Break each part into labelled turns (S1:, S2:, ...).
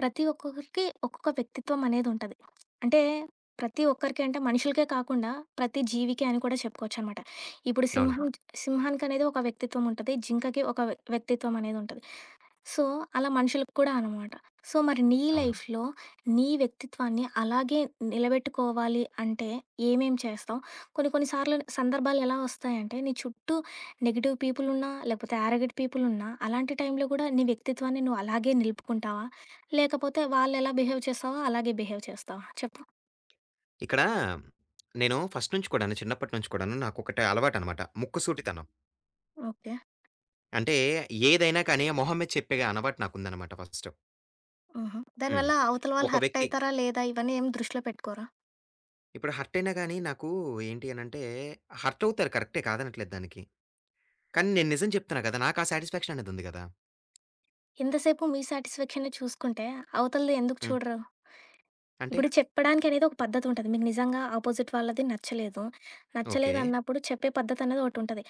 S1: ప్రతి ఒక్కొక్కరికి ఒక్కొక్క వ్యక్తిత్వం అనేది ఉంటది. అంటే ప్రతి ఒక్కరికి అంటే మనుషులకే కాకుండా ప్రతి జీవికి అని కూడా చెప్పుకోవచ్చనమాట. ఇప్పుడు
S2: అవును.
S1: సింహం ఆ! సింహానికనేది ఒక వ్యక్తిత్వం ఉంటది. జింకకి ఒక వ్యక్తిత్వం అనేది ఉంటది. సో, అలా మనుషులకు కూడా అనమాట. సో, మరి నీ
S2: అవును.
S1: లైఫ్‌లో నీ వ్యక్తిత్వాన్ని అలాగే నిలబెట్టుకోవాలి అంటే ఏమేం చేస్తావు? కొన్ని కొన్ని సార్లు సందర్భాలు ఎలా వస్తాయంటే నీ చుట్టూ నెగెటివ్ పీపుల్ ఉన్నా, లేకపోతే యారగెంట్ పీపుల్ ఉన్నా, అలాంటి టైంలో కూడా నీ వ్యక్తిత్వాన్ని నువ్వు అలాగే నిలుపుకుంటావా? లేకపోతే వాళ్ళెలా బిహేవ్ చేస్తావో అలాగే బిహేవ్ చేస్తావా? చెప్పు.
S2: ఇక్కడ నేను ఫస్ట్ నుంచి కూడాను, చిన్నప్పటి నుంచి కూడాను నాకొకటి అలవాటనమాట. ముక్కుసూటితనం.
S1: ఓకే.
S2: అంటే ఏదైనా కానీ మొహం మీద చెప్పే అలవాటు నాకుందనమాట ఫస్ట్.
S1: హుహు.
S2: హ్మ్.
S1: దానివల్ల అవతల వాళ్ళు
S2: ఒక
S1: హర్ట్
S2: వ్యక్తి
S1: అయితారా లేదా? ఇవన్నీ ఏం దృష్టిలో పెట్టుకోరా?
S2: ఇప్పుడు హర్ట్ అయినా గాని నాకు ఏంటి అనంటే హర్ట్ అవుతారు, కరెక్టే, కాదనట్లేదు దానికి. కానీ నేను నిజం చెప్తున్నా కదా! నాకు ఆ సాటిస్ఫాక్షన్ అనేది ఉంది గదా!
S1: ఇంతసేపు మీ సాటిస్ఫాక్షనే చూసుకుంటే అవతలది ఎందుకు
S2: హ్మ్.
S1: చూడరు?
S2: అంటే
S1: ఇప్పుడు చెప్పడానికనేది ఒక పద్ధతి ఉంటది. మీకు నిజంగా ఆపోజిట్ వాళ్ళది నచ్చలేదు.
S2: ఓకే.
S1: నచ్చలేదు అన్నప్పుడు చెప్పే పద్ధతనేది ఒకటుంటది.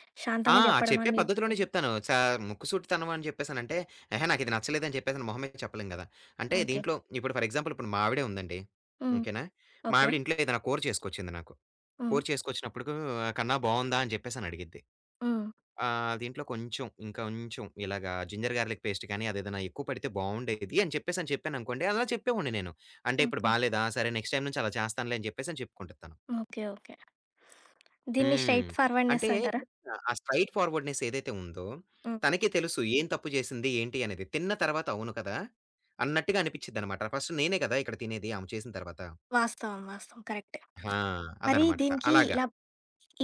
S2: ఆ!
S1: శాంతంగా చెప్పడమా,
S2: చెప్పే
S1: నీట్.
S2: పద్ధతిలోనే చెప్తాను. ముక్కుసూటితనం అని చెప్పేసనంటే, "ఎహే! నాకిది నచ్చలేదని" చెప్పేసని మొహం మీద చెప్పలేం గదా! అంటే
S1: ఓకే.
S2: దీంట్లో ఇప్పుడు ఫర్ ఎగ్జాంపుల్ ఇప్పుడు మా ఆవిడే ఉందండి.
S1: హ్మ్.
S2: ఓకేనా? మా
S1: ఓకే.
S2: ఆవిడ ఇంట్లో ఏదైనా కూర చేసుకొచ్చింది నాకు.
S1: హ్మ్.
S2: కూర చేసుకొచ్చినప్పుడుకు "కన్నా బావుందా?" అని చెప్పేసని అడిగిద్ది.
S1: హ్మ్.
S2: ఆహ్, దీంట్లో కొంచెం ఇంకొంచెం ఇలాగా జింజర్ గార్లిక్ పేస్ట్ కానీ అదేదైనా ఎక్కువ పడితే బావుండేది అని చెప్పేసని చెప్పాననుకోండి, అలా చెప్పేవాడిని నేను. అంటే ఇప్పుడు
S1: ఓకే.
S2: బాలేదా? సరే నెక్స్ట్ టైమ్ నుంచి అలా చేస్తానులే అని చెప్పేసని చెప్పుకుంటది తను.
S1: ఓకే. ఓకే. దీన్ని
S2: హ్మ్.
S1: స్ట్రెయిట్ ఫార్వర్డ్‌నెస్
S2: అంటే
S1: అంటారా?
S2: ఆ స్ట్రెయిట్ ఫార్వర్డ్‌నెస్ ఏదైతే ఉందో,
S1: హ్మ్.
S2: తనకే తెలుసు ఏం తప్పు చేసింది, ఏంటి అనేది. తిన్న తర్వాత అవును కదా! అన్నట్టుగా అనిపించిద్దనమాట. ఫస్ట్ నేనే కదా ఇక్కడ తినేది ఆమె చేసిన తర్వాత.
S1: వాస్తవం. వాస్తవం. కరెక్టే.
S2: ఆ!
S1: మరి
S2: అదనమాట.
S1: దీనికి
S2: అలాగా.
S1: ఇలా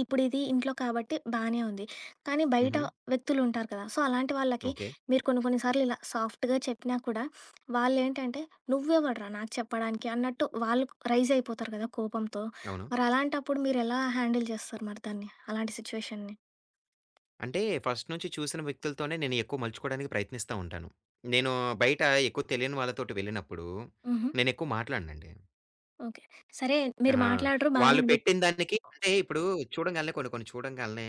S1: ఇప్పుడిది ఇంట్లో కాబట్టి బానే ఉంది. కానీ బయట
S2: హుహు.
S1: వ్యక్తులుంటారు కదా! సో, అలాంటి వాళ్ళకి
S2: ఓకే.
S1: మీరు కొన్ని కొన్ని సార్లు ఇలా సాఫ్ట్‌గా చెప్పినా కూడా వాళ్ళేంటంటే, "నువ్వెవడురా నాకు చెప్పడానికి" అన్నట్టు వాళ్ళు రైజ్ అయిపోతారు కదా కోపంతో.
S2: అవును.
S1: మరి అలాంటప్పుడు మీరెలా హ్యాండిల్ చేస్తారు మరి దాన్ని? అలాంటి సిట్యుయేషన్‌ని?
S2: అంటే ఫస్ట్ నుంచి చూసిన వ్యక్తులతోనే నేను ఎక్కువ మలుచుకోవడానికి ప్రయత్నిస్తా ఉంటాను. నేను బయట ఎక్కువ తెలియని వాళ్ళతోటి వెళ్ళినప్పుడు,
S1: హుహు.
S2: నేనెక్కువ మాట్లాడనండి.
S1: ఓకే. సరే మీరు
S2: ఆహా!
S1: మాట్లాడరు బానే
S2: వాళ్ళు
S1: ఉంది.
S2: పెట్టిన దానికి అంటే ఇప్పుడు చూడంగాల్నే కొన్ని కొన్ని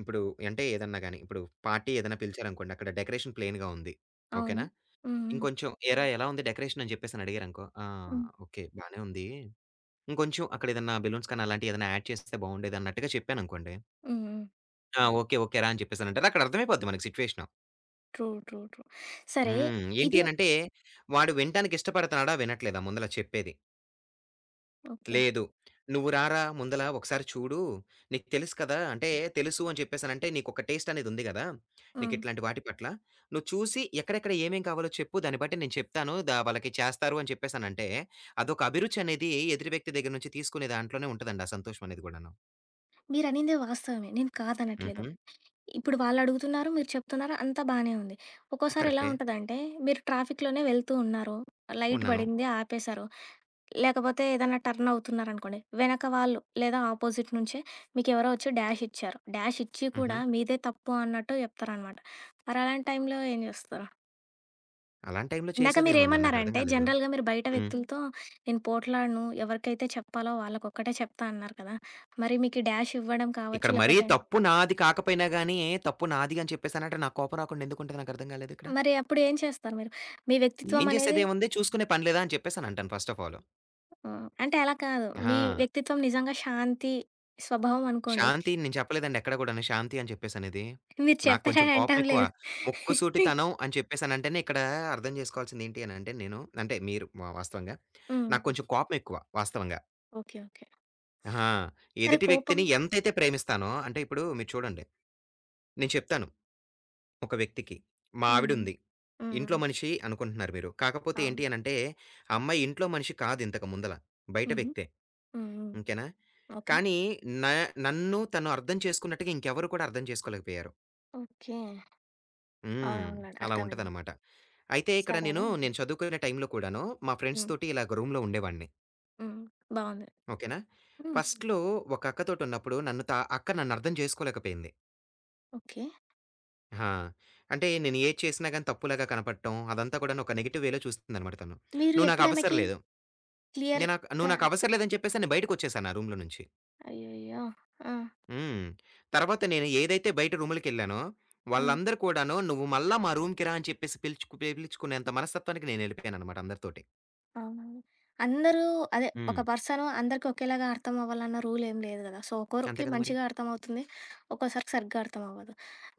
S2: ఇప్పుడు అంటే ఏదన్నా గాని, ఇప్పుడు పార్టీ ఏదైనా పిలిచారనుకోండి, అక్కడ డెకరేషన్ ప్లెయిన్‌గా ఉంది.
S1: అవును.
S2: ఓకేనా?
S1: హ్మ్. హ్మ్.
S2: ఇంకొంచెం "ఏరా ఎలా ఉంది డెకరేషన్" అని చెప్పేసని అడిగారనుకో, "ఆ!
S1: హ్మ్.
S2: ఓకే. బానే ఉంది. ఇంకొంచెం అక్కడ ఏదన్నా బెలూన్స్ కానీ అలాంటివి ఏదైనా యాడ్ చేస్తే బాగుండేది" అన్నట్టుగా చెప్పాననుకోండి,
S1: హ్మ్.
S2: "ఆ! ఓకే. ఓకేరా" అని చెప్పేసనంటారు. అక్కడ అర్థమైపోద్ది మనకి సిట్యుయేషను.
S1: ట్రూ. ట్రూ. ట్రూ. సరే
S2: హ్మ్. ఏంటి
S1: ఇది
S2: అనంటే వాడు వినటానికి ఇష్టపడుతున్నాడా? వినట్లేదా? ముందల చెప్పేది.
S1: ఓకే.
S2: లేదు. "నువ్వు రారా ముందల ఒకసారి చూడు. నీకు తెలుసు కదా! అంటే తెలుసు" అని చెప్పేసనంటే నీకొక టేస్ట్ అనేదుంది గదా!
S1: హ్మ్.
S2: నీకిట్లాంటి వాటి పట్ల. "నువ్వు చూసి ఎక్కడెక్కడ ఏమేం కావాలో చెప్పు. దాన్ని బట్టి నేను చెప్తాను. దా వాళ్ళకి చేస్తారు" అని చెప్పేసనంటే అదొక అభిరుచి అనేది ఎదుటి వ్యక్తి దగ్గర నుంచి తీసుకునే దాంట్లోనే ఉంటదండి ఆ సంతోషం అనేది గూడాను.
S1: మీరనింది వాస్తవమే. నేను కాదనట్లేదు.
S2: హుహు.
S1: ఇప్పుడు వాళ్ళడుగుతున్నారు, మీరు చెప్తున్నారు. అంతా బానే ఉంది. ఒక్కోసారి ఎలా
S2: కరెక్టే.
S1: ఉంటదంటే, మీరు ట్రాఫిక్‌లోనే వెళ్తూ ఉన్నారు. లైట్
S2: ఉన్నాను.
S1: పడింది ఆపేశారు. లేకపోతే ఏదైనా టర్న్ అవుతున్నారనుకోండి, వెనక వాళ్ళు లేదా ఆపోజిట్ నుంచే మీకెవరో వచ్చి డాష్ ఇచ్చారు. డాష్ ఇచ్చి
S2: హుహు.
S1: కూడా మీదే తప్పు అన్నట్టు చెప్తారనమాట. మరి అలాంటి టైంలో ఏం చేస్తారు?
S2: అలాంటి టైంలో
S1: ఇందాక
S2: చేసేదేముందండి నాకర్థం
S1: మీరేమన్నారంటే,
S2: కాలేదు.
S1: జనరల్‌గా మీరు బయట
S2: హ్మ్.
S1: వ్యక్తులతో నేను పోట్లాడను, ఎవరికైతే చెప్పాలో వాళ్ళకొక్కటే చెప్తా అన్నారు కదా! మరి మీకు డాష్ ఇవ్వడం కావచ్చు
S2: ఇక్కడ మరీ
S1: లేకపోతే
S2: తప్పు నాది కాకపోయినా గాని, తప్పు నాది అని చెప్పేసనంటే నాకు కోపం రాకుండా ఎందుకుంటది నాకర్థం కాలేదిక్కడ?
S1: మరి అప్పుడు ఏం చేస్తారు మీరు? మీ వ్యక్తిత్వం
S2: ఏం
S1: అనేది
S2: చేసేదేముంది చూసుకునే పని లేదా? అని చెప్పేసనంటాను ఫస్ట్ ఆఫ్ ఆల్.
S1: అంటే అలా కాదు.
S2: అహా!
S1: మీ వ్యక్తిత్వం నిజంగా శాంతి స్వభావం అనుకోండి.
S2: శాంతి నేను చెప్పలేదండి ఎక్కడ గూడాను శాంతి అని చెప్పేసనేది.
S1: మీరు
S2: నాకు కొంచెం
S1: చెప్పారని
S2: కోపం
S1: అంటాం
S2: ఎక్కువ.
S1: లేదు.
S2: ముక్కుసూటితనం అని చెప్పేసనంటేనే ఇక్కడ అర్థం చేసుకోవాల్సింది ఏంటి అనంటే నేను అంటే మీరు వాస్తవంగా
S1: హ్మ్.
S2: నాకు కొంచెం కోపం ఎక్కువ వాస్తవంగా.
S1: ఓకే. ఓకే.
S2: అహా!
S1: సరే
S2: ఎదుటి
S1: కోపం.
S2: వ్యక్తిని ఎంతైతే ప్రేమిస్తానో అంటే ఇప్పుడు మీరు చూడండి. నేను చెప్తాను ఒక వ్యక్తికి, మా
S1: హ్మ్.
S2: ఆవిడుంది.
S1: హ్మ్.
S2: ఇంట్లో మనిషి అనుకుంటున్నారు మీరు. కాకపోతే
S1: అవును.
S2: ఏంటి అనంటే, ఆ అమ్మాయి ఇంట్లో మనిషి కాదు ఇంతకు ముందల. బయట
S1: హుహు.
S2: వ్యక్తే.
S1: హ్మ్. హ్మ్.
S2: ఇంకేనా?
S1: ఓకే.
S2: కానీ న నన్ను తను అర్థం చేసుకున్నట్టుగా ఇంకెవరు కూడా అర్థం చేసుకోలేకపోయారు.
S1: ఓకే.
S2: హ్మ్.
S1: అవునవునులెండి.
S2: అలా
S1: అర్థమైంది.
S2: ఉంటదనమాట. అయితే ఇక్కడ
S1: సరేనా?
S2: నేను చదువుకునే టైంలో కూడాను మా ఫ్రెండ్స్
S1: హ్మ్.
S2: తోటి ఇలాగ రూమ్‌లో ఉండేవాడిని.
S1: హ్మ్. బావుంది.
S2: ఓకేనా?
S1: హ్మ్.
S2: ఫస్ట్‌లో ఒక అక్కతోటున్నప్పుడు నన్ను త అక్క నన్నర్థం చేసుకోలేకపోయింది.
S1: ఓకే.
S2: ఆ! అంటే నేను ఏది చేసినా గాని తప్పులాగా కనపడటం, అదంతా కూడాను ఒక నెగెటివ్ వేలో చూస్తుందనమాట తను.
S1: మీరు
S2: "నువ్వు నాకు అవసరం
S1: ఎప్పుడామెకి
S2: లేదు. నేను నాకు నువ్వు
S1: క్లియర్‌గా
S2: నాకు అవసరం లేదని" చెప్పేసి నేను బయటకొచ్చేసాను ఆ రూమ్‌లో నుంచి.
S1: అయ్యయ్యో! ఆ!
S2: హ్మ్. తర్వాత నేను ఏదైతే బయట రూములకెళ్ళానో,
S1: హ్మ్.
S2: వాళ్ళందరూ కూడాను "నువ్వు మళ్ళా మా రూమ్‌కి రా" అని చెప్పేసి పిలిపించుకునేంత మనస్తత్వానికి నేనెళ్ళిపోయాననమాట అందరితోటి.
S1: అవునవును. అందరూ అదే ఒక
S2: హ్మ్.
S1: పర్సను అందరికి ఒకేలాగా అర్థం అవ్వాలన్న రూల్ ఏం లేదు కదా! సో,
S2: అంతే
S1: ఒక్కోరికి
S2: కదా మరి.
S1: మంచిగా అర్థమవుతుంది. ఒక్కోసారికి సరిగ్గా అర్థం అవ్వదు.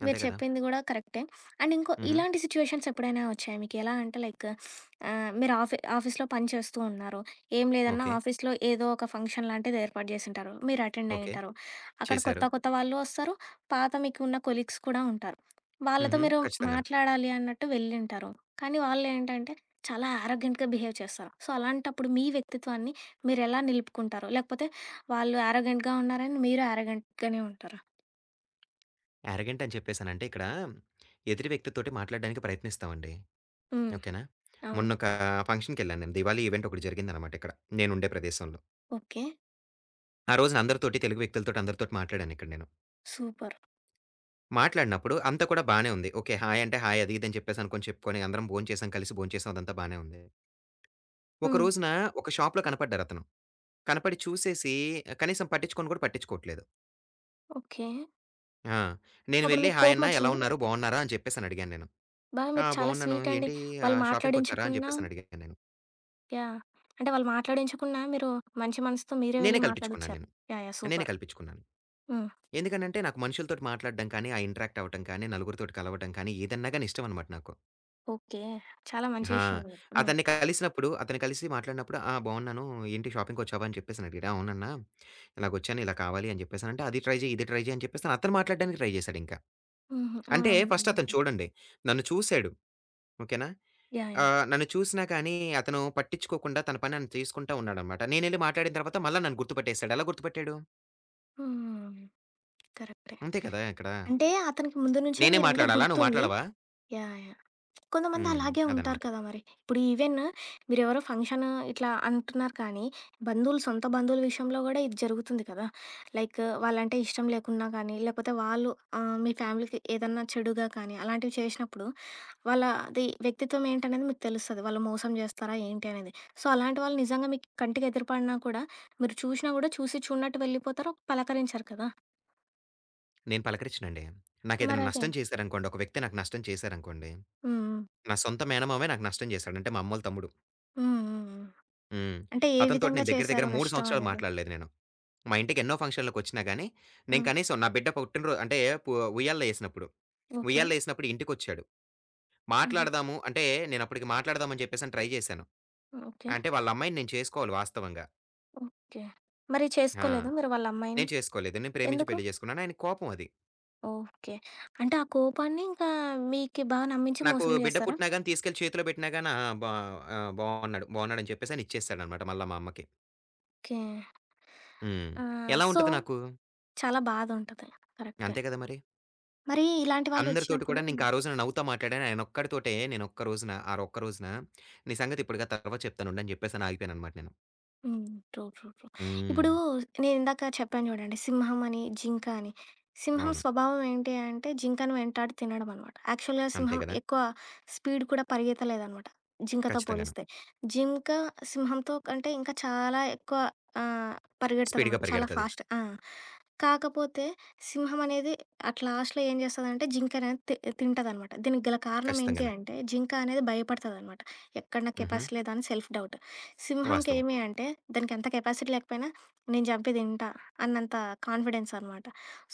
S1: మీరు
S2: అంతే కదా!
S1: చెప్పింది గూడా కరెక్టే. అండ్ ఇంకో
S2: హుహు.
S1: ఇలాంటి సిట్యుయేషన్స్ ఎప్పుడైనా వచ్చాయా మీకు? ఎలా అంటే లైక్ మీరు ఆఫీస్‌లో పని చేస్తూ ఉన్నారు. ఏం లేదన్నా
S2: ఓకే.
S1: ఆఫీస్‌లో ఏదో ఒక ఫంక్షన్ లాంటిది ఏర్పాటు చేసుంటారు. మీరు అటెండ్
S2: ఓకే.
S1: అయ్యుంటారు. అక్కడ
S2: చేశారు.
S1: కొత్త కొత్త వాళ్ళు వస్తారు. పాత మీకున్న కొలీగ్స్ కూడా ఉంటారు. వాళ్ళతో
S2: హుహు.
S1: మీరు
S2: ఖచ్చితంగాను.
S1: మాట్లాడాలి అన్నట్టు వెళ్ళుంటారు. కానీ వాళ్ళేంటంటే చాలా యారగెంట్‌గా బిహేవ్ చేస్తారు. సో, అలాంటప్పుడు మీ వ్యక్తిత్వాన్ని మీరెలా నిలుపుకుంటారు? లేకపోతే వాళ్ళు యారగెంట్‌గా ఉన్నారని మీరు యారగెంట్‌గానే ఉంటారా?
S2: యారగెంట్ అని చెప్పేసనంటే ఇక్కడ ఎదుటి వ్యక్తితోటి మాట్లాడడానికి ప్రయత్నిస్తామండి.
S1: హ్మ్.
S2: ఓకేనా?
S1: అవును.
S2: మొన్నొక ఫంక్షన్‌కెళ్ళాను నేను. దివాళీ ఈవెంట్ ఒకటి జరిగిందనమాట ఇక్కడ. నేనుండే ప్రదేశంలో.
S1: ఓకే.
S2: ఆ రోజున అందరితోటి తెలుగు వ్యక్తులతోటి అందరితోటి మాట్లాడానిక్కడ నేను.
S1: సూపర్.
S2: మాట్లాడినప్పుడు అంతా కూడా బానే ఉంది. ఓకే. హాయ్ అంటే హాయ్ అది ఇది అని చెప్పేసి అనుకోని చెప్పుకొని అందరం భోంచేసాం, కలిసి భోంచేసాం అదంతా బానే ఉంది. ఒక
S1: హ్మ్.
S2: రోజున ఒక షాప్‌లో కనపడ్డారతను. కనపడి చూసేసి కనీసం పట్టించుకొని కూడా పట్టించుకోవట్లేదు.
S1: ఓకే.
S2: ఆ!
S1: సో,
S2: నేను
S1: అప్పుడు
S2: వెళ్లి
S1: మీకు
S2: హాయ్ అన్న ఎలా
S1: కోపమొచ్చిందా?
S2: ఉన్నారు? బాగున్నారా? అని చెప్పేసని అడిగాను నేను. ఆ!
S1: మీరు చాలా
S2: బాగున్నాను.
S1: స్వీట్ అండి.
S2: ఏంటి
S1: వాళ్ళు
S2: ఆహ్, షాపింగ్‌కొచ్చారా? అని
S1: మాట్లాడించకున్నా
S2: చెప్పేసని అడిగాను నేను.
S1: యాహ్! అంటే వాళ్ళు మాట్లాడించకున్నా మీరు మంచి మనసుతో మీరే
S2: నేనే
S1: వెళ్లి
S2: కల్పించుకున్నాను
S1: మాట్లాడిచ్చారు.
S2: నేను.
S1: యాహ్! యాహ్!
S2: నేనే
S1: సూపర్.
S2: కల్పించుకున్నాను.
S1: హ్మ్.
S2: ఎందుకనంటే నాకు మనుషులతోటి మాట్లాడడం కానీ, ఆ ఇంటరాక్ట్ అవ్వటం కానీ, నలుగురితోటి కలవటం కానీ ఏదన్నా గాని ఇష్టమనమాట నాకు.
S1: ఓకే. చాలా మంచి
S2: ఆ!
S1: విషయం ఇది. హ్మ్.
S2: అతన్ని కలిసి మాట్లాడినప్పుడు, "ఆ! బాగున్నాను. ఏంటి షాపింగ్‌కొచ్చావా?" అని చెప్పేసని అడిగాడు. "అవునన్నా, ఇలాగొచ్చాను. ఇలా కావాలి" అని చెప్పేసనంటే, "అది ట్రై చెయి, ఇది ట్రై చెయి" అని చెప్పేసని అతను మాట్లాడడానికి ట్రై చేశాడింకా.
S1: హుహు.
S2: అంటే ఫస్ట్
S1: అవునవునులెండి.
S2: అతను చూడండి, నన్ను చూసాడు. ఓకేనా?
S1: యాహ్! యాహ్!
S2: ఆహ్, నన్ను చూసినా కానీ అతను పట్టించుకోకుండా తన పని ఆయన చేసుకుంటా ఉన్నాడనమాట. నేనెళ్లి మాట్లాడిన తర్వాత మళ్ళా నన్ను గుర్తుపట్టేసాడు. ఎలా గుర్తుపట్టాడు?
S1: హ్మ్. కరెక్ట్.
S2: అంతే కదా! ఇక్కడ.
S1: అంటే అతనికి ముందు నుంచే
S2: నేనే
S1: మీరంటే
S2: మాట్లాడాలా? నువ్వు
S1: గుర్తుంది.
S2: మాట్లాడవా?
S1: యాహ్! యాహ్! కొంతమంది
S2: హ్మ్.
S1: అలాగే ఉంటారు
S2: అదనమాట.
S1: కదా మరి. ఇప్పుడు ఈవెన్ మీరెవరో ఫంక్షన్ ఇట్లా అంటున్నారు కానీ, బంధువులు, సొంత బంధువుల విషయంలో గూడా ఇది జరుగుతుంది కదా! లైక్ వాళ్ళంటే ఇష్టం లేకున్నా కానీ, లేకపోతే వాళ్ళు మీ ఫ్యామిలీకి ఏదన్నా చెడుగా కానీ, అలాంటివి చేసినప్పుడు వాళ్ళది వ్యక్తిత్వం ఏంటనేది మీకు తెలుస్తది. వాళ్ళు మోసం జేస్తారా ఏంటి అనేది. సో, అలాంటి వాళ్ళు నిజంగా మీకు కంటికి ఎదురుపడినా కూడా, మీరు చూషినా గూడా చూసి చూడనట్టు వెళ్ళిపోతారు, పలకరించరు కదా!
S2: నేను పలకరించనండి.
S1: మరదే.
S2: ఒక వ్యక్తి నాకు నష్టం చేశారనుకోండి
S1: హ్మ్.
S2: నా సొంత మేనమామే నాకు నష్టం చేశాడు. అంటే మా అమ్మోళ్ళ తమ్ముడు.
S1: హ్మ్. హ్మ్. హ్మ్. హ్మ్.
S2: హ్మ్.
S1: అంటే ఏ
S2: అతనితోటి
S1: విధంగా
S2: నేను దగ్గర దగ్గర
S1: చేశారు
S2: 3
S1: నష్టం
S2: సంవత్సరాలు
S1: అనేది?
S2: మాట్లాడలేదు నేను. మా ఇంటికి ఎన్నో ఫంక్షన్‌లకొచ్చినా గాని, నేను
S1: హ్మ్.
S2: కనీసం నా బిడ్డ పుట్టినరో అంటే పు ఉయ్యాల్లో ఏసినప్పుడు,
S1: ఓకే.
S2: ఇంటికొచ్చాడు.
S1: హుహు.
S2: మాట్లాడదాము అంటే నేనప్పటికి మాట్లాడదాం అని చెప్పేసని ట్రై చేశాను.
S1: ఓకే.
S2: అంటే వాళ్ళ అమ్మాయిని నేను చేసుకోవాలి వాస్తవంగా.
S1: ఓకే. మరి
S2: ఆ!
S1: చేసుకోలేదా మీరు వాళ్ళ అమ్మాయిని?
S2: నేను చేసుకోలేదు. నేను ప్రేమించి
S1: ఎందుకు?
S2: పెళ్లి చేసుకున్నాను. ఆయనకి కోపం అది.
S1: ఓకే. అంటే ఆ కోపాన్ని ఇంకా మీకు బాగా నమ్మించి
S2: నాకు
S1: మోసం
S2: బిడ్డ
S1: చేస్తారా?
S2: పుట్టినా గాని తీసుకెళ్ళి చేతిలో పెట్టినా గాని ఆ! బా ఆ! బావున్నాడు. బావున్నాడని చెప్పేసని ఇచ్చేసాడనమాట మళ్ళా మా అమ్మకి.
S1: ఓకే.
S2: హ్మ్.
S1: ఆ!
S2: ఎలా
S1: సో,
S2: ఉంటది నాకు?
S1: చాలా బాధుంటది. కరెక్టే.
S2: అంతే కదా మరి!
S1: మరి ఇలాంటి
S2: అందరితోటి
S1: వాళ్ళొచ్చినప్పుడు
S2: కూడా నేనింకా ఆ రోజున నవ్వుతా మాట్లాడాను. ఆయనొక్కడితోటే నేనొక్క రోజున ఆ ఒక్క రోజున నీ సంగతి ఇప్పుడు కాదు తర్వాత చెప్తానుండు అని చెప్పేసని ఆగిపోయాననమాట నేను.
S1: హ్మ్. ట్రూ. ట్రూ. ట్రూ.
S2: హ్మ్.
S1: ఇప్పుడు నేనిందాక చెప్పాను చూడండి. సింహం అని, జింక అని. సింహం
S2: అవును.
S1: స్వభావం ఏంటి అంటే జింకను వెంటాడి తినడం అనమాట. యాక్చువల్‌గా
S2: అంతే
S1: సింహం
S2: గదా!
S1: ఎక్కువ స్పీడ్ కూడా పరిగెత్తలేదనమాట జింకతో
S2: ఖచ్చితంగాను.
S1: పోలిస్తే. జింక సింహంతో కంటే ఇంకా చాలా ఎక్కువ ఆహ్,
S2: స్పీడ్‌గా
S1: పరిగెడతదనమాట. చాలా
S2: పరిగెడతది.
S1: ఫాస్ట్. ఆ! కాకపోతే సింహం అనేది అట్ లాస్ట్‌లో ఏం చేస్తదంటే జింకనేది తి తింటదనమాట. దీనికి గల కారణం ఏంటి
S2: ఖచ్చితంగాను.
S1: నిజమే. అంటే జింక అనేది భయపడతదనమాట. ఎక్కడ నా
S2: హుహు.
S1: కెపాసిటీ లేదా అని సెల్ఫ్ డౌట్.
S2: వాస్తవం.
S1: సింహంకేమి అంటే దానికి ఎంత కెపాసిటీ లేకపోయినా నేను చంపి తింటా అన్నంత కాన్ఫిడెన్స్ అనమాట.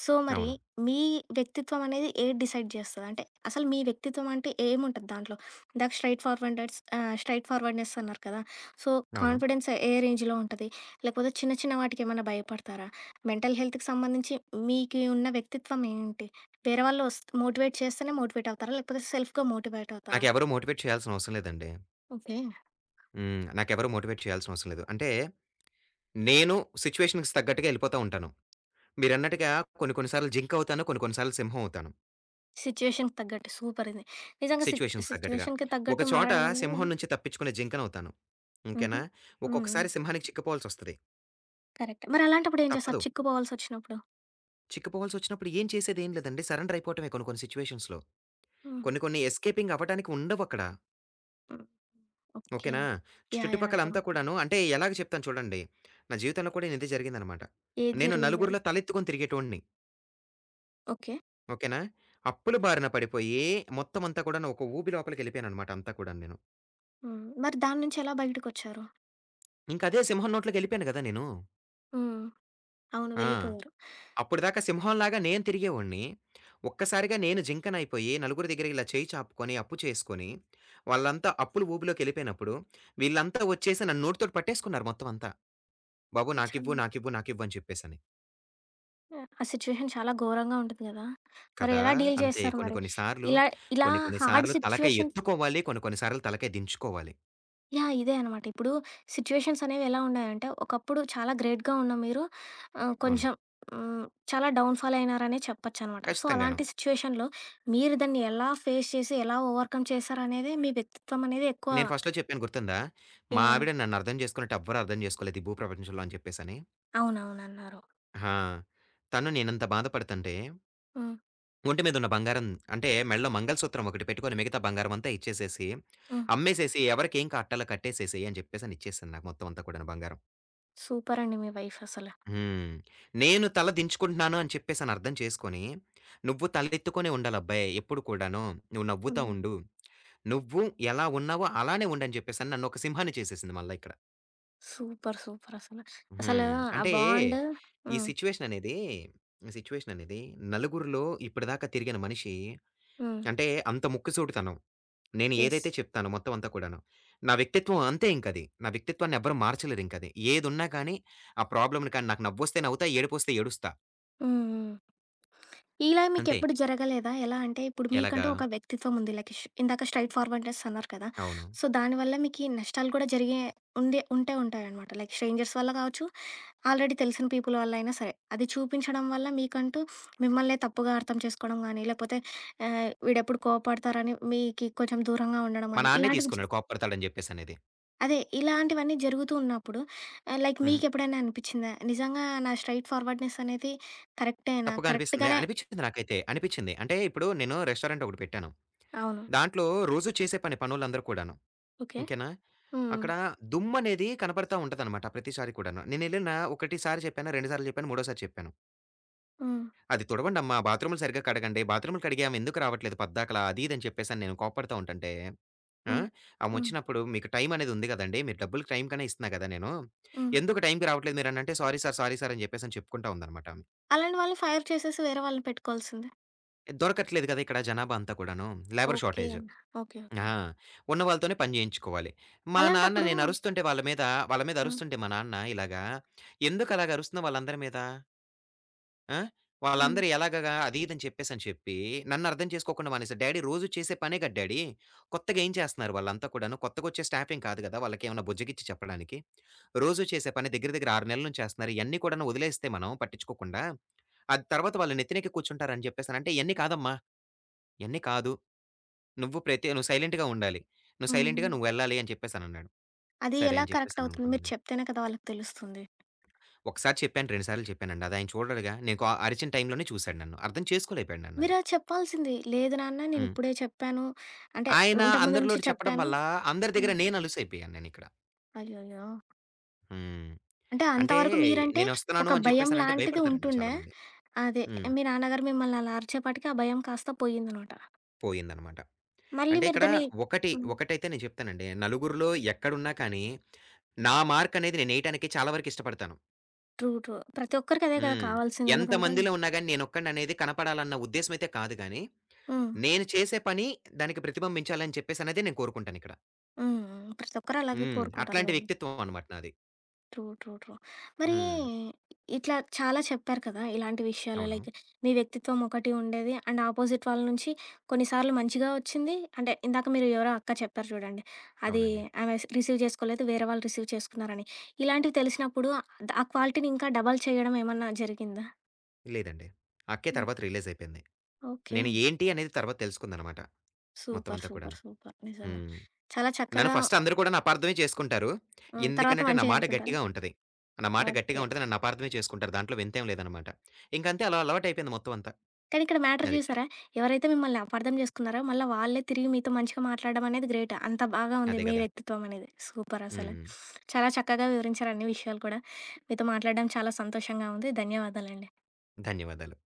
S1: సో, మరి
S2: అవును.
S1: మీ వ్యక్తిత్వం అనేది ఏది డిసైడ్ చేస్తది? అంటే అసలు మీ వ్యక్తిత్వం అంటే ఏముంటది దాంట్లో? ఇందాక స్ట్రెయిట్ ఫార్వర్డ్‌నెస్ అన్నారు కదా! సో,
S2: అవును.
S1: కాన్ఫిడెన్స్ ఏ రేంజ్‌లో ఉంటది? లేకపోతే చిన్న చిన్న వాటికేమన్నా భయపడతారా? మెంటల్ హెల్త్‌కి సంబంధించి మీకు ఉన్న వ్యక్తిత్వం ఏంటి? వేరే వాళ్ళు మోటివేట్ చేస్తేనే మోటివేట్ అవుతారా? లేకపోతే సెల్ఫ్‌గా మోటివేట్ అవుతారా?
S2: నాకెవరు మోటివేట్ చేయాల్సిన అవసరం లేదండి.
S1: ఓకే.
S2: హ్మ్. నాకెవరు మోటివేట్ చేయాల్సిన అవసరం లేదు. అంటే నేను సిట్యుయేషన్‌కి తగ్గట్టుగా ఎళ్ళిపోతా ఉంటాను. మీరన్నట్టుగా కొన్ని కొన్ని సార్లు జింక్ అవుతాను. కొన్ని కొన్ని సార్లు సింహం అవుతాను.
S1: సిట్యుయేషన్‌కి తగ్గట్టు సూపర్ ఇది. నిజంగా సి
S2: సిట్యుయేషన్‌కి తగ్గట్టుగా.
S1: సిట్యుయేషన్‌కి
S2: ఒక
S1: తగ్గట్టు
S2: చోట
S1: మారడం అనేది
S2: సింహం నుంచి తప్పించుకునే జింకనవుతాను.
S1: హుహు.
S2: ఓకేనా?
S1: హ్మ్. హ్మ్.
S2: ఒక్కొక్కసారి సింహానికి చిక్కిపోవాల్సొస్తది.
S1: కరెక్ట్. మరి అలాంటప్పుడు ఏం చేస్తారు
S2: తప్పదు.
S1: చిక్కుపోవాల్సొచ్చినప్పుడు?
S2: చిక్కిపోవాల్సొచ్చినప్పుడు ఏం చేసేదేం లేదండి. సరెండర్ అయిపోవటమే కొన్ని కొన్ని సిట్యుయేషన్స్‌లో.
S1: హ్మ్.
S2: కొన్ని కొన్ని ఎస్కేపింగ్ అవ్వటానికి ఉండవక్కడ.
S1: హ్మ్. ఓకే.
S2: ఓకేనా?
S1: యాహ్! యాహ్!
S2: చుట్టుపక్కలంతా
S1: అర్థమవుతుంది.
S2: కూడాను అంటే ఎలాగ చెప్తాను చూడండి. నా జీవితంలో కూడా ఇదే జరిగిందనమాట.
S1: ఏది
S2: నేను
S1: జరిగింది?
S2: నలుగురిలో తలెత్తుకొని తిరిగేటోడిని.
S1: ఓకే.
S2: ఓకేనా? అప్పుల బారిన పడిపోయి మొత్తం అంతా కూడాను ఒక ఊబి లోపలికెళ్ళిపోయాననమాట అంతా కూడాను నేను.
S1: హ్మ్. మరి దాని నుంచి ఎలా బయటకొచ్చారు?
S2: ఇంకదే సింహం నోట్లోకెళ్ళిపోయాను గదా నేను.
S1: హ్మ్. అవును.
S2: ఆ!
S1: వెళ్ళిపోయారు.
S2: అప్పటిదాకా సింహంలాగా నేను తిరిగేవాడిని. ఒక్కసారిగా నేను జింకనయిపోయి నలుగురి దగ్గర ఇలా చేయి చాపుకొని, అప్పు చేసుకొని, వాళ్ళంతా అప్పుల ఊబిలోకెళ్ళిపోయినప్పుడు, వీళ్ళంతా వచ్చేసి నన్ను నోటితోటి పట్టేసుకున్నారు మొత్తం అంతా. "బాబు నాకివ్వు,
S1: చాలా
S2: నాకివ్వు, నాకివ్వు" అని చెప్పేసని.
S1: ఆ సిట్యుయేషన్ చాలా ఘోరంగా ఉంటుంది గదా! మరి
S2: కదా!
S1: ఎలా డీల్
S2: అంతే
S1: చేస్తారు
S2: కొన్ని
S1: మరి?
S2: కొన్ని సార్లు,
S1: ఇలా ఇలా
S2: కొన్ని కొన్ని
S1: హార్డ్
S2: సార్లు తలకాయ
S1: సిట్యుయేషన్.
S2: ఎత్తుకోవాలి. కొన్ని కొన్ని సార్లు తలకాయ దించుకోవాలి.
S1: యాహ్! ఇదే అనమాట. ఇప్పుడు సిట్యుయేషన్స్ అనేవి ఎలా ఉన్నాయంటే, ఒకప్పుడు చాలా గ్రేట్‌గా ఉన్న మీరు
S2: అవును.
S1: కొంచెం హ్మ్, చాలా డౌన్ ఫాల్ అయినారనే చెప్పొచ్చనమాట. సో,
S2: ఖచ్చితంగాను.
S1: అలాంటి సిట్యుయేషన్‌లో మీరు దాన్ని ఎలా ఫేస్ చేసి, ఎలా ఓవర్‌కమ్ చేశారనేదే మీ వ్యక్తిత్వం అనేది ఎక్కువ.
S2: నేను ఫస్ట్‌లో చెప్పాను గుర్తుందా? మా
S1: ఏమని
S2: ఆవిడ నన్నర్థం చేసుకున్నట్టు ఎవ్వరు అర్థం చేసుకోలేదు ఈ భూప్రపంచంలో అని చెప్పేసని.
S1: అవునవునన్నారు.
S2: ఆ! తను నేనింత బాధపడుతుంటే
S1: హ్మ్.
S2: ఒంటి మీద ఉన్న బంగారం అంటే మెడలో మంగళసూత్రం ఒకటి పెట్టుకొని మిగతా బంగారం అంతా ఇచ్చేసేసి,
S1: హ్మ్.
S2: అమ్మేసేసి ఎవరికేం కట్టాలో కట్టేసేసేయి అని చెప్పేసని ఇచ్చేసాను నాకు మొత్తం అంతా కూడాను బంగారం.
S1: సూపరండి మీ వైఫ్ అసల.
S2: హ్మ్. నేను తల దించుకుంటున్నాను అని చెప్పేసని అర్థం చేసుకొని, "నువ్వు తలెత్తుకొనే ఉండాలబ్బాయి ఎప్పుడు కూడాను. నువ్వు నవ్వుతా
S1: హ్మ్.
S2: ఉండు. నువ్వు ఎలా ఉన్నావో అలానే ఉండు" అని చెప్పేసని నన్ను ఒక సింహాన్ని చేసేసింది మళ్ళా ఇక్కడ.
S1: సూపర్. సూపర్ అసల. అసలు
S2: హ్మ్.
S1: ఆ
S2: అంటే
S1: బాండ్.
S2: ఈ
S1: హ్మ్.
S2: సిట్యుయేషన్ అనేది, ఈ సిట్యుయేషన్ అనేది నలుగురిలో ఇప్పటిదాకా తిరిగిన మనిషి
S1: హ్మ్.
S2: అంటే అంత ముక్కుసూటితనం. నేను
S1: యెస్.
S2: ఏదైతే చెప్తానో మొత్తం అంతా కూడాను. నా వ్యక్తిత్వం అంతే ఇంకది. నా వ్యక్తిత్వాన్ని ఎవ్వరు మార్చలేరింకది. ఏదున్నా కానీ, ఆ ప్రాబ్లమ్‌ని కానీ నాకు నవ్వొస్తే నవ్వుతా, ఏడుపొస్తే ఏడుస్తా.
S1: హ్మ్. హ్మ్. ఇలా
S2: అంతే.
S1: మీకెప్పుడు జరగలేదా? ఎలా అంటే ఇప్పుడు
S2: ఎలాగా
S1: మీకంటూ ఒక వ్యక్తిత్వం ఉంది. లైక్ ఇందాక స్ట్రెయిట్ ఫార్వర్డ్‌నెస్ అన్నారు కదా!
S2: అవును.
S1: సో, దానివల్ల మీకీ నష్టాలు కూడా జరిగే ఉంటే ఉంటాయనమాట. లైక్ స్ట్రేంజర్స్ వల్ల కావచ్చు, ఆల్రెడీ తెలిసిన పీపుల్ వల్ల అయినా సరే. అది చూపించడం వల్ల మీకంటూ మిమ్మల్నే తప్పుగా అర్థం చేసుకోవడం గానీ, లేకపోతే వీడెప్పుడు కోపడతారని మీకి కొంచెం దూరంగా ఉండడం
S2: మా
S1: గానీ,
S2: నాన్నే
S1: ఇలాంటివి జ
S2: తీసుకున్నాడు కోప్పడతాడని జెప్పేసనేది.
S1: అదే ఇలాంటివన్నీ జరుగుతూ ఉన్నప్పుడు లైక్
S2: హుహు.
S1: మీకెప్పుడైనా అనిపిచ్చిందా? నిజంగా నా స్ట్రెయిట్ ఫార్వర్డ్‌నెస్ అనేది కరెక్టేనా?
S2: తప్పుగా అనిపిస్తుందా?
S1: కరెక్ట్‌గానే
S2: అనిపిచ్చింది నాకైతే. అనిపిచ్చింది. అంటే ఇప్పుడు నేను రెస్టారెంట్ ఒకటి పెట్టాను.
S1: అవును.
S2: దాంట్లో రోజూ చేసే పని పనోళ్ళందరూ కూడాను.
S1: ఓకే.
S2: ఓకేనా?
S1: హ్మ్.
S2: అక్కడ దుమ్మనేది కనపడతా ఉంటదనమాట ప్రతిసారి కూడాను. నేనెళ్ళిన ఒకటిసారి చెప్పానా, 2 సార్లు చెప్పానా, మూడోసారి చెప్పాను.
S1: హ్మ్.
S2: అది తుడవండమ్మా. బాత్రూములు సరిగ్గా కడగండి. బాత్రూములు కడిగి ఆమె ఎందుకు రావట్లేదు పద్దాకలా అది ఇది అని చెప్పేసని నేను కోప్పడుతా ఉంటంటే, ఆ!
S1: హ్మ్. హ్మ్.
S2: ఆమొచ్చినప్పుడు మీకు టైమ్ అనేది ఉంది గదండీ! మీరు డబ్బులకి టైమ్ కనే ఇస్తున్నా గదా నేను.
S1: హ్మ్.
S2: ఎందుకు టైమ్‌కి రావట్లేదు మీరనంటే, సారీ సార్, సారీ సార్ అని చెప్పేసని చెప్పుకుంటా ఉందనమాట ఆమె.
S1: అలాంటి వాళ్ళని ఫైర్ చేసేసి వేరే వాళ్ళని పెట్టుకోవాల్సిందే.
S2: దొరకట్లేదు గదా! ఇక్కడ జనాభా అంతా కూడాను. Labour
S1: okay.
S2: షార్టేజ్.
S1: ఓకే.
S2: ఆ!
S1: ఓకే.
S2: ఉన్న వాళ్ళతోనే పని జేయించుకోవాలి. మా నాన్న
S1: అలాంటప్పుడు
S2: నేను అరుస్తుంటే వాళ్ళ మీద, వాళ్ళ మీద
S1: హ్మ్.
S2: అరుస్తుంటే మా నాన్న ఇలాగా, ఎందుకలాగ అరుస్తున్నావు వాళ్ళందరి మీద? ఆ!
S1: హ్మ్.
S2: వాళ్ళందరూ ఎలాగగా అది ఇది అని చెప్పేసని చెప్పి నన్నర్థం చేసుకోకుండా మానేసారు. డ్యాడీ రోజు చేసే పనే గదా డ్యాడీ. కొత్తగా ఏం చేస్తున్నారు వాళ్ళంతా కూడాను. కొత్తగొచ్చే స్టాఫ్ ఏం కాదు గదా! వాళ్ళకేమన్నా బుజ్జగిచ్చి చెప్పడానికి. రోజు చేసే పని దగ్గర దగ్గర 6 నెలల నుంచి చేస్తున్నారు. ఇయన్నీ కూడాను వదిలేస్తే మనం పట్టించుకోకుండా, అది తర్వాత వాళ్ళు నెత్తినెక్కి కూర్చుంటారని చెప్పేసనంటే, "ఇయన్నీ కాదమ్మా! ఇయన్నీ కాదు. నువ్వు సైలెంట్‌గా ఉండాలి. నువ్వు
S1: హ్మ్.
S2: సైలెంట్‌గా నువ్వెళ్ళాలి" అని చెప్పేసనన్నాడు.
S1: అది
S2: సరే
S1: ఎలా
S2: అని
S1: కరెక్ట్ అవుతుంది?
S2: చెప్పేసననుకున్నాను
S1: మీరు
S2: నేను.
S1: చెప్తేనే కదా వాళ్ళకి తెలుస్తుంది.
S2: ఒకసారి చెప్పాను, 2 సార్లు చెప్పానండి. అదాయన చూడడుగా. నేను అరిచిన టైంలోనే చూసాడు నన్ను. అర్థం చేసుకోలేకపోయాడు నన్నది.
S1: మీరలా చెప్పాల్సింది. లేదు నాన్న
S2: హ్మ్.
S1: నేనిప్పుడే చెప్పాను. అంటే
S2: ఆయన
S1: ఇంతకుముందు నుంచి
S2: అందరిలోటి చెప్పడం
S1: చెప్పాను.
S2: వల్ల, అందరి దగ్గర
S1: హ్మ్.
S2: నేను అలుసైపోయాను నేనిక్కడ.
S1: అయ్యయ్యో!
S2: హ్మ్.
S1: అంటే
S2: అంటే
S1: అంతవరకు మీరంటే
S2: నేనొస్తున్నాను
S1: ఒక
S2: అని
S1: భయం
S2: చెప్పేసనంటే
S1: లాంటిది
S2: భయపడతారండి
S1: ఉంటుండే.
S2: చాలామంది.
S1: అదే
S2: హ్మ్.
S1: మీ నాన్నగారు మిమ్మల్ని అలా అరిచేపాటికి ఆ భయం కాస్త పోయిందనమాట.
S2: పోయిందనమాట.
S1: మళ్ళీ
S2: అంటే
S1: మీరు
S2: ఇక్కడ
S1: దాన్ని హ్మ్.
S2: ఒకటైతే నేను చెప్తానండి. నలుగురిలో ఎక్కడున్నా కానీ, నా మార్కనేది నేనేయటానికి చాలా వరకు ఇష్టపడతాను.
S1: ట్రూ. ట్రూ. ప్రతి ఒక్కరికి అదే కదా
S2: హ్మ్.
S1: కావాల్సింది. ఎందుకంటే
S2: ఎంతమందిలో ఉన్నా గాని నేనొక్కడిననేది కనపడాలన్న ఉద్దేశ్యమయితే కాదు గానీ,
S1: హ్మ్.
S2: నేను చేసే పని దానికి ప్రతిబింబించాలని చెప్పేసనేది నేను కోరుకుంటానిక్కడ.
S1: హ్మ్. ప్రతి ఒక్కరు అలాగే
S2: హ్మ్.
S1: కోరుకుంటారు
S2: అట్లాంటి
S1: మేబీ.
S2: వ్యక్తిత్వం అనమాట నాది.
S1: ట్రూ. ట్రూ. ట్రూ. మరి
S2: హ్మ్.
S1: ఇట్లా చాలా చెప్పారు కదా! ఇలాంటి విషయాలు
S2: అవును.
S1: లైక్ మీ వ్యక్తిత్వం ఒకటి ఉండేది. అండ్ ఆపోజిట్ వాళ్ళ నుంచి కొన్నిసార్లు మంచిగా వచ్చింది. అంటే ఇందాక మీరు ఎవరో అక్క చెప్పారు చూడండి. అది
S2: అవునండి.
S1: ఆమె రిసీవ్ చేసుకోలేదు. వేరే వాళ్ళు రిసీవ్ చేసుకున్నారని. ఇలాంటివి తెలిసినప్పుడు ఆ ఆ క్వాలిటీని ఇంకా డబల్ చేయడం ఏమన్నా జరిగిందా?
S2: లేదండి. అక్కే
S1: హ్మ్.
S2: తర్వాత రియలైజయిపోయింది.
S1: ఓకే.
S2: నేను ఏంటి అనేది తర్వాత తెలుసుకుందనమాట. మొత్తం
S1: సూపర్.
S2: అంతా కూడాను.
S1: సూపర్. సూపర్. నిజంగా.
S2: హ్మ్.
S1: చాలా
S2: నన్ను
S1: చక్కగా
S2: ఫస్ట్ అందరూ కూడాను అపార్థమే చేసుకుంటారు.
S1: హ్మ్. తర్వాత
S2: ఎందుకనంటే నా
S1: మంచిగా
S2: మాట
S1: అనుకుంటారు.
S2: గట్టిగా ఉంటది. నా మాట గట్టిగా
S1: ఓకే.
S2: ఉంటది. నన్ను అపార్థమే చేసుకుంటారు. దాంట్లో వింతేం లేదనమాట. ఇంకంతే అలా అలవాటయిపోయింది మొత్తం అంతా.
S1: కానీ ఇక్కడ మ్యాటర్
S2: అది.
S1: చూసారా? ఎవరైతే మిమ్మల్ని అపార్థం చేసుకున్నారో, మళ్ళా వాళ్ళే తిరిగి మీతో మంచిగా మాట్లాడడం అనేది గ్రేట్. అంత బాగా ఉంది
S2: అదే
S1: మీ
S2: గదా!
S1: వ్యక్తిత్వం అనేది. సూపర్ అసల.
S2: హ్మ్.
S1: చాలా చక్కగా వివరించారు అన్ని విషయాలు కూడా. మీతో మాట్లాడడం చాలా సంతోషంగా ఉంది. ధన్యవాదాలండి.
S2: ధన్యవాదాలు.